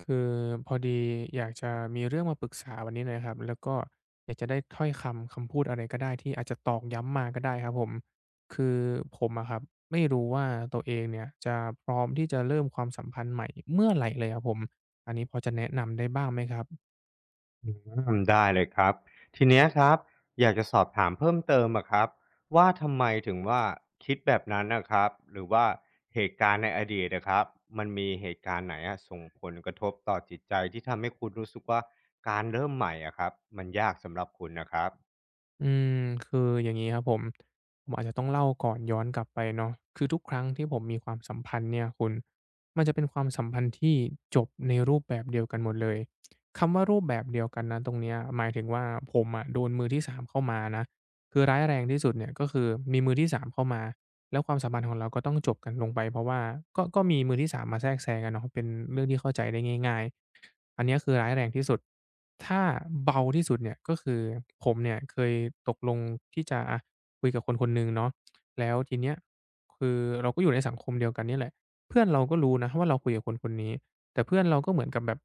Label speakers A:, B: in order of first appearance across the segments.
A: คือพอดีอยากจะมีเรื่องมาปรึกษาวันนี้หนยครับแล้วก็อยากจะได้ถ้อยคำคำพูดอะไรก็ได้ที่อาจจะตอกย้ำมาก็ได้ครับผมคือผมอะครับไม่รู้ว่าตัวเองเนี่ยจะพร้อมที่จะเริ่มความสัมพันธ์ใหม่เมื่อไหร่เลยครับผมอันนี้พอจะแนะนำได้บ้างไหมครับ
B: อืได้เลยครับทีเนี้ยครับอยากจะสอบถามเพิ่มเติมอะครับว่าทำไมถึงว่าคิดแบบนั้นนะครับหรือว่าเหตุการณ์ในอดีตนะครับมันมีเหตุการณ์ไหนอะส่งผลกระทบต่อจิตใจที่ทำให้คุณรู้สึกว่าการเริ่มใหม่อะครับมันยากสำหรับคุณนะครับ
A: อืมคืออย่างนี้ครับผมผมอาจจะต้องเล่าก่อนย้อนกลับไปเนาะคือทุกครั้งที่ผมมีความสัมพันธ์เนี่ยคุณมันจะเป็นความสัมพันธ์ที่จบในรูปแบบเดียวกันหมดเลยคำว่ารูปแบบเดียวกันนะตรงเนี้ยหมายถึงว่าผมอะโดนมือที่สามเข้ามานะคือร้ายแรงที่สุดเนี่ยก็คือมีมือที่สามเข้ามา แล้วความสัมพันธ์ของเราก็ต้องจบกันลงไปเพราะว่าก็มีมือที่สามมาแทรกแซงอะเนาะเป็นเรื่องที่เข้าใจได้ง่ายๆอันเนี้ยคือร้ายแรงที่สุดถ้าเบาที่สุดเนี่ยก็คือผมเนี่ยเคยตกลงที่จะอะคุยกับคนคนหนึ่งเนาะแล้วทีเนี้ยคือเราก็อยู่ในสังคมเดียวกันเนี่ยแหละเพื่อนเราก็รู้นะว่าเราคุยกับคนคนนี้แต่เพื่อนเราก็เหมือนกับแบบ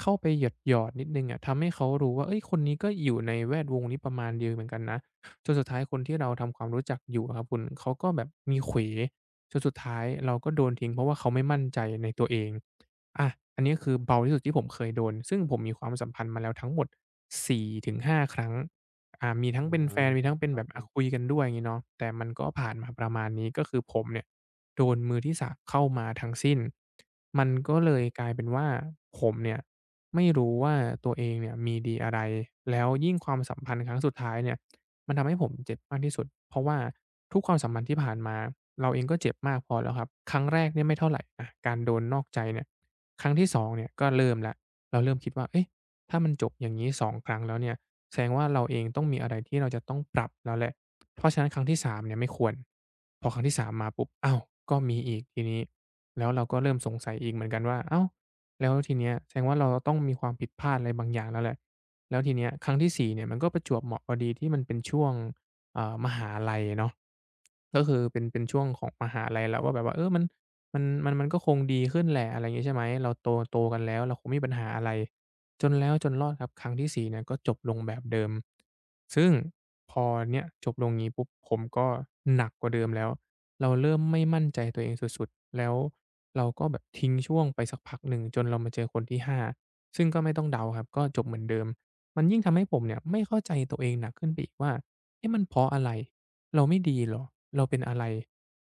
A: เข้าไปหยอดๆนิดหนึ่งอะทำให้เขารู้ว่าเฮ้ยคนนี้ก็อยู่ในแวดวงนี้ประมาณเดียวเหมือนกันนะ จนสุดท้ายคนที่เราทำความรู้จักอยู่อะครับคุณเขาก็แบบมีเขวจนสุดท้ายเราก็โดนทิ้งเพราะว่าเขาไม่มั่นใจในตัวเองอาอันนี้คือเบาที่สุดที่ผมเคยโดนซึ่งผมมีความสัมพันธ์มาแล้วทั้งหมดสี่ถึงห้าครั้งมีทั้
B: อื
A: งเป็นแฟนมีทั้งเป็นแบบอะ
B: ม
A: คุยกันด้วยอย่างงี้เนาะแต่มันก็ผ่านมาประมาณนี้ก็คือผมเนี่ยโดนมือที่3เข้ามาทั้งสิ้นมันก็เลยกลายเป็นว่าผมเนี่ยไม่รู้ว่าตัวเองเนี่ยมีดีอะไรแล้วยิ่งความสัมพันธ์ครั้งสุดท้ายเนี่ย มันทำให้ผมเจ็บมากที่สุดเพราะว่าทุกความสัมพันธ์ที่ผ่านมาเราเองก็เจ็บมากพอแล้วครับครั้งแรกเนี่ยไม่เท่าไรอะการโดนนอกใจเนี่ยครั้งที่2เนี่ยก็เริ่มแล้วเราเริ่มคิดว่าเอ๊ะถ้ามันจบอย่างงี้2ครั้งแล้วเนี่ยแสดงว่าเราเองต้องมีอะไรที่เราจะต้องปรับแล้วแหละเพราะฉะนั้นครั้งที่3เนี่ยไม่ควรพอครั้งที่3มมาปุ๊บอ้าวก็มีอีกทีนี้แล้วเราก็เริ่มสงสัยอีกเหมือนกันว่าอ้าวแล้วทีเนี้ยแสดงว่าเราต้องมีความผิดพลาดอะไรบางอย่างแล้วแหละ แล้วทีเนี้ยครั้งที่4เนี่ยมันก็ประจวบเหมาะพอดีที่มันเป็นช่วงเอ่ามหาลัยเนาะก็คือเป็นช่วงของมหาลัยเราก็แบบว่าเออมันมันก็คงดีขึ้นแหละอะไรงี้ใช่ไหมเราโตกันแล้วเราคงไม่มีปัญหาอะไรจนแล้วจนรอดครับครั้งที่สี่เนี่ยก็จบลงแบบเดิมซึ่งพอเนี่ยจบลงงี้ปุ๊บผมก็หนักกว่าเดิมแล้วเราเริ่มไม่มั่นใจตัวเองสุดๆแล้วเราก็แบบทิ้งช่วงไปสักพักหนึ่งจนเรามาเจอคนที่ห้าซึ่งก็ไม่ต้องเดาครับก็จบเหมือนเดิม มันยิ่งทำให้ผมเนี่ยไม่เข้าใจตัวเองหนักขึ้นไปอีกว่าเอ๊ะมันเพราะอะไรเราไม่ดีเหรอเราเป็นอะไร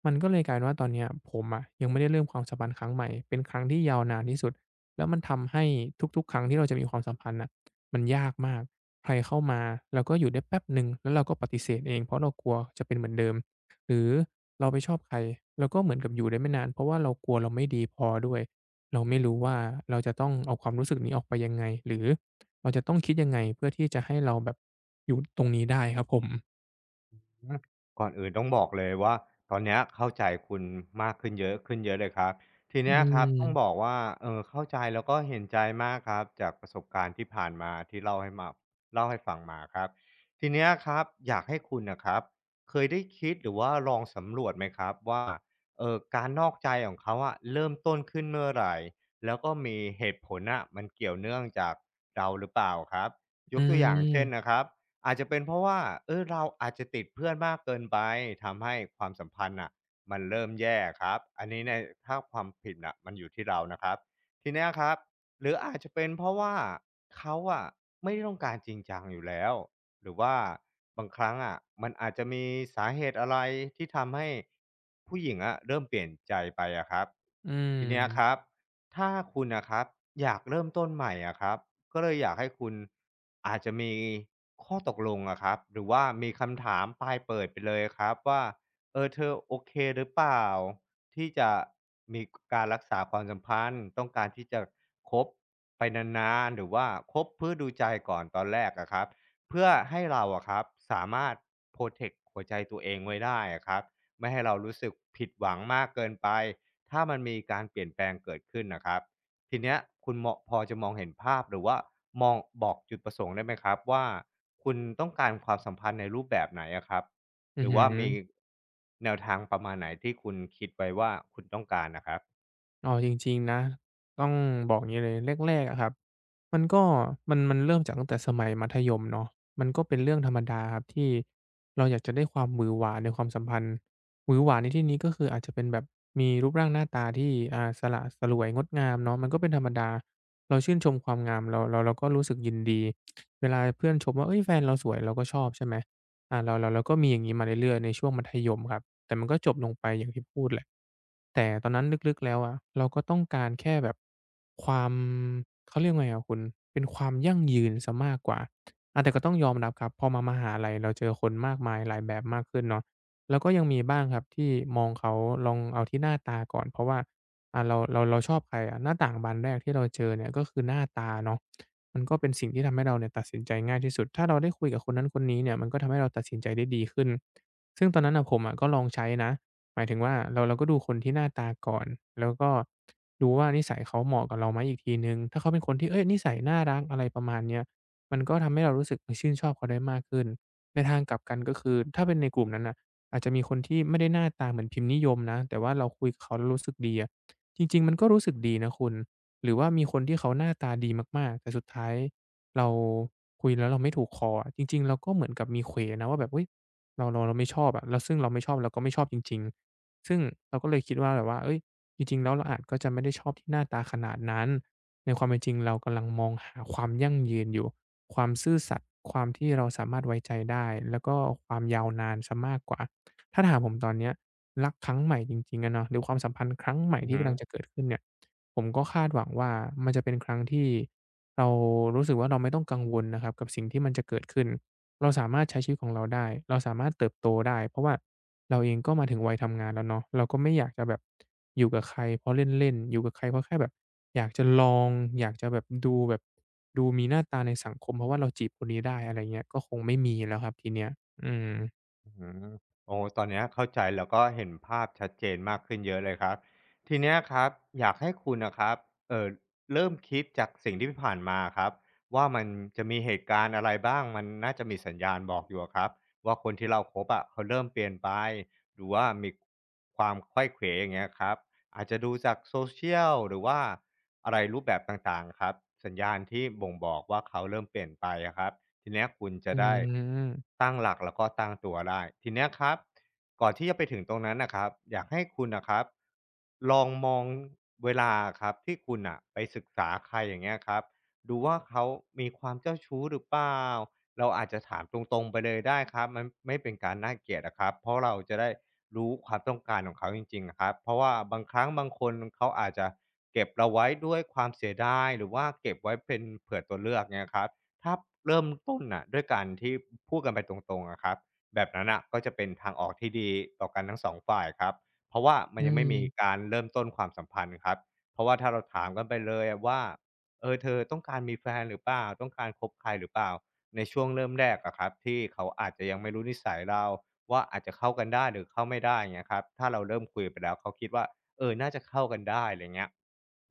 A: มันก็เลยกลายเป็นว่าตอนเนี้ยผมอะยังไม่ได้เริ่มความสัมพันธ์ครั้งใหม่เป็นครั้งที่ยาวนานที่สุดแล้วมันทำให้ทุกๆครั้งที่เราจะมีความสัมพันธ์น่ะมันยากมากใครเข้ามาเราก็อยู่ได้แป๊บหนึ่งแล้วเราก็ปฏิเสธเองเพราะเรากลัวจะเป็นเหมือนเดิมหรือเราไปชอบใครเราก็เหมือนกับอยู่ได้ไม่นานเพราะว่าเรากลัวเราไม่ดีพอด้วย เราไม่รู้ว่าเราจะต้องเอาความรู้สึกนี้ออกไปยังไงหรือ เราจะต้องคิดยังไงเพื่อที่จะให้เราแบบอยู่ตรงนี้ได้ครับผม
B: อืมก่อนอื่นต้องบอกเลยว่าตอนเนี้ยเข้าใจคุณมากขึ้นเยอะขึ้นเยอะเลยครับที
A: อื
B: เนี้ยครับต้องบอ
A: ม
B: กว่าเข้าใจแล้วก็เห็นใจมากครับจากประสบการณ์ที่ผ่านมาที่เล่าให้ฟังมาครับทีเนี้ยครับอยากให้คุณน่ะครับเคยได้คิดหรือว่าลองสำรวจไหมครับว่าการนอกใจของเขาอะเริ่มต้นขึ้นเมื่อไรแล้วก็มีเหตุผลน่ะมันเกี่ยวเนื่องจากเราหรือเปล่าครับย
A: อื
B: กตัวอย่างเช่นนะค
A: ม
B: รับ อาจจะเป็นเพราะว่าเออเราอาจจะติดเพื่อนมากเกินไปทำให้ความสัมพันธ์น่ะมันเริ่มแย่ครับอันนี้ในถ้าความผิดน่ะมันอยู่ที่เรานะครับทีเนี้ยครับหรืออาจจะเป็นเพราะว่าเขาอะไม่ได้ต้องการจริงจังอยู่แล้วหรือว่าบางครั้งอะมันอาจจะมีสาเหตุอะไรที่ทำให้ผู้หญิงอะเริ่มเปลี่ยนใจไปอะครับ
A: อื
B: ทีเนี้ยครับ
A: ม
B: ถ้าคุณน่ะครับอยากเริ่มต้นใหม่อะครับ ก็เลยอยากให้คุณอาจจะมีข้อตกลงอะครับหรือว่ามีคำถามปลายเปิดไปเลยครับว่าเออเธอโอเคหรือเปล่าที่จะมีการรักษาความสัมพันธ์ต้องการที่จะคบไปนานๆหรือว่าคบเพื่อดูใจก่อนตอนแรกอะครับเพื่อให้เราอะครับสามารถโพรเทกตหัวใจตัวเองไว้ได้อะครับไม่ให้เรารู้สึกผิดหวังมากเกินไปถ้ามันมีการเปลี่ยนแปลงเกิดขึ้นนะครับ ทีเนี้ยคุณเหมาะพอจะมองเห็นภาพหรือว่ามองบอกจุดประสงค์ได้ไหมครับว่าคุณต้องการความสัมพันธ์ในรูปแบบไหนอะครับ
A: อื
B: ห
A: อ
B: รือ
A: ฮึ
B: ว่ามีแนวทางประมาณไหนที่คุณคิดไว้ว่าคุณต้องการนะครับ
A: อ๋อจริงๆนะต้องบอกอย่างนี้เลยแรกๆอะครับมันก็มันเริ่มจากตั้งแต่สมัยมัธยมเนาะมันก็เป็นเรื่องธรรมดาครับที่เราอยากจะได้ความหวือหวาในความสัมพันธ์หวือหวาในที่นี้ก็คืออาจจะเป็นแบบมีรูปร่างหน้าตาที่สละสลวยงดงามเนาะมันก็เป็นธรรมดาเราชื่นชมความงามเราก็รู้สึกยินดีเวลาเพื่อนชมว่าเอ้ยแฟนเราสวยเราก็ชอบใช่ไหมเราก็มีอย่างนี้มาเรื่อยๆในช่วงมัธยมครับ แต่มันก็จบลงไปอย่างที่พูดแหละแต่ตอนนั้นลึกๆแล้วอะเราก็ต้องการแค่แบบความเขาเรียกว่าไงอะคุณเป็นความยั่งยืนเสียมากกว่าอาแต่ก็ต้องยอมรับครับพอมามหาลัยเราเจอคนมากมายหลายแบบมากขึ้นเนาะแล้วก็ยังมีบ้างครับที่มองเขาลองเอาที่หน้าตาก่อนเพราะว่าเราชอบใครอะหน้าต่างบานแรกที่เราเจอเนี่ยก็คือหน้าตาเนาะมันก็เป็นสิ่งที่ทำให้เราเนี่ยตัดสินใจง่ายที่สุดถ้าเราได้คุยกับคนนั้นคนนี้เนี่ยมันก็ทำให้เราตัดสินใจได้ดีขึ้น ซึ่งตอนนั้นน่ะผมอะก็ลองใช้นะหมายถึงว่าเราก็ดูคนที่หน้าตาก่อนแล้วก็ดูว่านิสัยเขาเหมาะกับเราไหมอีกทีหนึ่งถ้าเขาเป็นคนที่เฮ้ยนิสัยน่ารักอะไรประมาณเนี้ยมันก็ทำให้เรารู้สึกเออชื่นชอบเขาได้มากขึ้นในทางกลับกันก็คือถ้าเป็นในกลุ่มนั้นน่ะอาจจะมีคนที่ไม่ได้หน้าตาเหมือนพิมพ์นิยมนะแต่ว่าเราคุยกับเขาแล้วรู้สึกดีอะจริงๆมันก็รู้สึกดีนะคุณหรือว่ามีคนที่เขาหน้าตาดีมากๆแต่สุดท้ายเราคุยแล้วเราไม่ถูกคออะจริงๆเราก็เหมือนกับมีเขวนะว่าแบบเฮ้ย เราไม่ชอบอะแล้วซึ่งเราไม่ชอบเราก็ไม่ชอบจริงๆซึ่งเราก็เลยคิดว่าแบบว่าเฮ้ยจริงๆแล้วเราอาจก็จะไม่ได้ชอบที่หน้าตาขนาดนั้นในความเป็นจริงเรากำลังมองหาความยั่งยืนอยู่ความซื่อสัตย์ความที่เราสามารถไว้ใจได้แล้วก็ความยาวนานเสียมากกว่าถ้าถามผมตอนเนี้ยรักครั้งใหม่จริงๆอะเนาะหรือความสัมพันธ์ครั้งใหม่
B: อือ
A: ที่
B: ฮึ
A: กำลังจะเกิดขึ้นเนี่ยผมก็คาดหวังว่ามันจะเป็นครั้งที่เรารู้สึกว่าเราไม่ต้องกังวลนะครับกับสิ่งที่มันจะเกิดขึ้น เราสามารถใช้ชีวิตของเราได้ เราสามารถเติบโตได้ เพราะว่าเราเองก็มาถึงวัยทำงานแล้วเนาะเราก็ไม่อยากจะแบบอยู่กับใครเพราะเล่นๆอยู่กับใครเพราะแค่แบบอยากจะลองอยากจะแบบดูแบบดูมีหน้าตาในสังคมเพราะว่าเราจีบคนนี้ได้อะไรเงี้ยก็คงไม่มีแล้วครับทีเนี้ยอืม
B: อือโอ้ตอนเนี้ยเข้าใจแล้วก็เห็นภาพชัดเจนมากขึ้นเยอะเลยครับทีเนี้ยครับอยากให้คุณน่ะครับเออเริ่มคิดจากสิ่งที่ผ่านมาครับว่ามันจะมีเหตุการณ์อะไรบ้างมันน่าจะมีสัญญาณบอกอยู่อะครับว่าคนที่เราคบอะเขาเริ่มเปลี่ยนไปหรือว่ามีความไขว้เขวอย่างเงี้ยครับอาจจะดูจาก social หรือว่าอะไรรูปแบบต่างๆครับสัญญาณที่บ่งบอกว่าเขาเริ่มเปลี่ยนไปอะครับ ทีเนี้ยคุณ
A: อื
B: จะได้
A: ม
B: ตั้งหลักแล้วก็ตั้งตัวได้ทีเนี้ยครับก่อนที่จะไปถึงตรงนั้นนะครับอยากให้คุณนะครับลองมองเวลาครับที่คุณอะไปศึกษาใครอย่างเงี้ยครับดูว่าเขามีความเจ้าชู้หรือเปล่าเราอาจจะถามตรงๆไปเลยได้ครับมันไม่เป็นการน่าเกลียดนะครับเพราะเราจะได้รู้ความต้องการของเขาจริงๆอะครับเพราะว่าบางครั้งบางคนเขาอาจจะเก็บเราไว้ด้วยความเสียดายหรือว่าเก็บไว้เป็นเผื่อตัวเลือกเงี้ยครับ ถ้าเริ่มต้นน่ะด้วยการที่พูดกันไปตรงๆอะครับแบบนั้นน่ะก็จะเป็นทางออกที่ดีต่อกันทั้งสองฝ่ายครับเพราะว่ามัน
A: อื
B: ยังไม่มีกา
A: ม
B: รเริ่มต้นความสัมพันธ์ครับเพราะว่าถ้าเราถามกันไปเลยอะว่าเออเธอต้องการมีแฟนหรือเปล่าต้องการคบใครหรือเปล่าในช่วงเริ่มแรกอะครับที่เขาอาจจะยังไม่รู้นิสัยเราว่าอาจจะเข้ากันได้หรือเข้าไม่ได้ยเงี้ยครับถ้าเราเริ่มคุยไปแล้วเขาคิดว่าเออน่าจะเข้ากันได้อะไรเงี้ย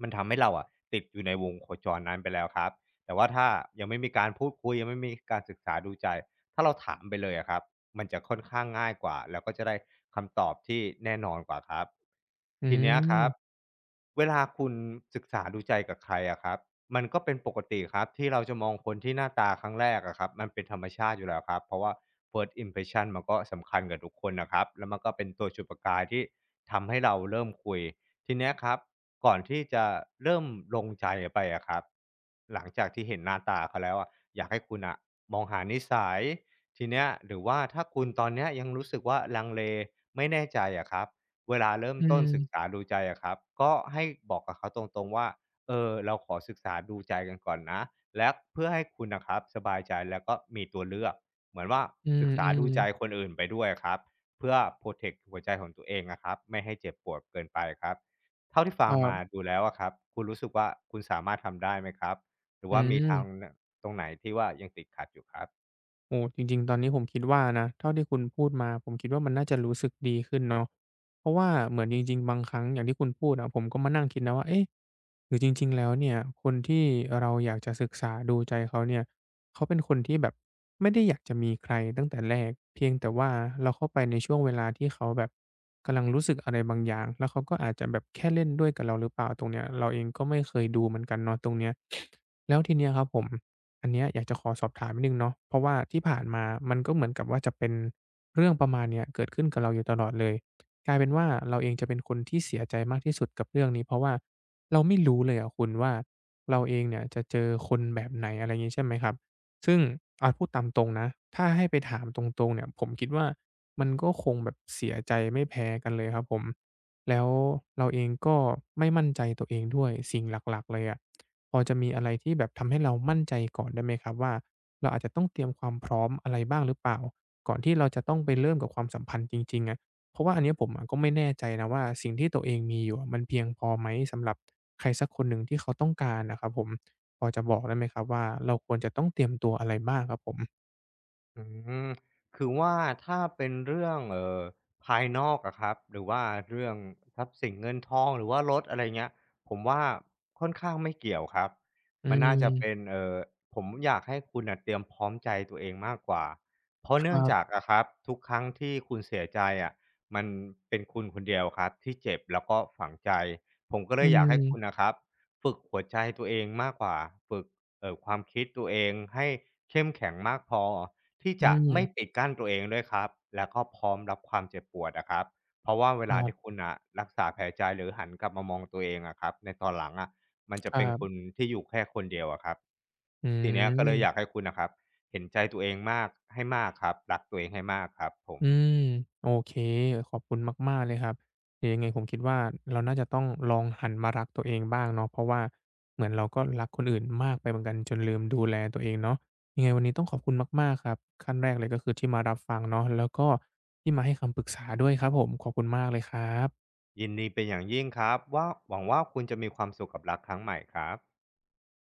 B: มันทำให้เราอะติดอยู่ในวงโคจรนั้นไปแล้วครับ แต่ว่าถ้ายังไม่มีการพูดคุยยังไม่มีการศึกษาดูใจถ้าเราถามไปเลยอะครับมันจะค่อนข้างง่ายกว่าแล้วก็จะได้คำตอบที่แน่นอนกว่าครับ
A: อื
B: ทีเนี้ยครับ
A: ม
B: เวลาคุณศึกษาดูใจกับใครอะครับมันก็เป็นปกติครับที่เราจะมองคนที่หน้าตาครั้งแรกอะครับมันเป็นธรรมชาติอยู่แล้วครับเพราะว่า first impression มันก็สำคัญกับทุกคนนะครับแล้วมันก็เป็นตัวจุดประกายที่ทำให้เราเริ่มคุย ทีเนี้ยครับก่อนที่จะเริ่มลงใจไปอะครับหลังจากที่เห็นหน้าตาเขาแล้วอะอยากให้คุณนะมองหานิสัยทีเนี้ยหรือว่าถ้าคุณตอนเนี้ยยังรู้สึกว่าลังเลไม่แน่ใจอะครับเวลาเริ่ม
A: อื
B: ต้นศึก
A: ม
B: ษาดูใจอะครับก็ให้บอกกับเขาตรงๆว่าเออเราขอศึกษาดูใจกันก่อนนะและเพื่อให้คุณน่ะครับสบายใจแล้วก็มีตัวเลือกเหมือนว่า
A: อื
B: ศึกษาดู
A: ม
B: ใจคน
A: ๆ
B: อื่นไปด้วยอะครับเพื่อโพรเทกต์หัวใจของตัวเองอะครับไม่ให้เจ็บปวดเกินไปครับ เท่าที่
A: ค
B: ฟัง
A: รั
B: มา
A: บ
B: ดูแล้วอะครับคุณรู้สึกว่าคุณสามารถทำได้ไหมครับหรือ
A: อื
B: ว่ามีทาง
A: ม
B: ตรงไหนที่ว่ายังติดขัดอยู่ครับ
A: โอ้จริงๆตอนนี้ผมคิดว่านะเท่าที่คุณพูดมาผมคิดว่ามันน่าจะรู้สึกดีขึ้นเนาะเพราะว่าเหมือนจริงๆบางครั้งอย่างที่คุณพูดอะผมก็มานั่งคิดนะว่าเอ๊ะหรือจริงๆแล้วเนี่ยคนที่เราอยากจะศึกษาดูใจเขาเนี่ยเขาเป็นคนที่แบบไม่ได้อยากจะมีใครตั้งแต่แรกเพียงแต่ว่าเราเข้าไปในช่วงเวลาที่เขาแบบกำลังรู้สึกอะไรบางอย่างแล้วเขาก็อาจจะแบบแค่เล่นด้วยกับเราหรือเปล่าตรงเนี้ยเราเองก็ไม่เคยดูเหมือนกันเนาะตรงเนี้ยแล้วทีเนี้ยครับผม อันเนี้ยอยากจะขอสอบถามนิดหนึ่งเนาะเพราะว่าที่ผ่านมามันก็เหมือนกับว่าจะเป็นเรื่องประมาณเนี้ยเกิดขึ้นกับเราอยู่ตลอดเลยกลายเป็นว่าเราเองจะเป็นคนที่เสียใจมากที่สุดกับเรื่องนี้เพราะว่าเราไม่รู้เลยอะคุณว่าเราเองเนี่ยจะเจอคนแบบไหนอะไรอย่างงี้ใช่ไหมครับซึ่งเอาพูดตามตรงนะถ้าให้ไปถามตรงๆเนี่ยผมคิดว่ามันก็คงแบบเสียใจไม่แพ้กันเลยครับผมแล้วเราเองก็ไม่มั่นใจตัวเองด้วยสิ่งหลักๆเลยอะ พอจะมีอะไรที่แบบทำให้เรามั่นใจก่อนได้ไหมครับว่าเราอาจจะต้องเตรียมความพร้อมอะไรบ้างหรือเปล่าก่อนที่เราจะต้องไปเริ่มกับความสัมพันธ์จริงๆอะเพราะว่าอันเนี้ยผมอะก็ไม่แน่ใจนะว่าสิ่งที่ตัวเองมีอยู่อะมันเพียงพอไหมสำหรับใครสักคนหนึ่งที่เขาต้องการอะครับผมพอจะบอกได้ไหมครับว่าเราควรจะต้องเตรียมตัวอะไรบ้างครับผม
B: อืมคือว่าถ้าเป็นเรื่องภายนอกอะครับหรือว่าเรื่องทรัพย์สินเงินทองหรือว่ารถอะไรเงี้ยผมว่าค่อนข้างไม่เกี่ยวครับ
A: อื
B: มันน่าจะเป็น
A: ม
B: ผมอยากให้คุณน่ะเตรียมพร้อมใจตัวเองมากกว่าเพราะ
A: ค
B: เนื่อ
A: รั
B: งจาก
A: บ
B: อะครับทุกครั้งที่คุณเสียใจอะมันเป็นคุณคนเดียวครับที่เจ็บแล้วก็ฝังใจผมก็เล
A: อื
B: ยอยากให้คุณ
A: ม
B: น่ะครับฝึกหัวใจตัวเองมากกว่าฝึกความคิดตัวเองให้เข้มแข็งมากพอ ที่
A: อื
B: จะไม่
A: ม
B: ปิดกั้นตัวเองด้วยครับแล้วก็พร้อมรับความเจ็บปวดอะครับเพราะว่าเว
A: ครั
B: ลาที่คุณอะรักษาแผลใจหรือหันกลับมามองตัวเองอะครับในตอนหลังอะมันจะเป็นคุ
A: บ
B: ณที่อยู่แค่คนเดียวอะครับ
A: ๆอื
B: ทีเนี้ยก็เลยอยาก
A: ม
B: ให้คุณนะครับเห็นใจตัวเองมากให้มากครับรักตัวเองให้มากครับผม
A: อืมโอเคขอบคุณมากๆเลยครับเดี๋ยวยังไงผมคิดว่าเราน่าจะต้องลองหันมารักตัวเองบ้างเนาะเพราะว่าเหมือนเราก็รักคนอื่นมากไปเหมือนกันจนลืมดูแลตัวเองเนาะยังไงวันนี้ต้องขอบคุณมากๆครับขั้นแรกเลยก็คือที่มารับฟังเนาะแล้วก็ที่มาให้คำปรึกษาด้วยครับผมขอบคุณมากเลยครับ
B: ยินดีเป็นอย่างยิ่งครับว่าหวังว่าคุณจะมีความสุขกับรักครั้งใหม่ครับ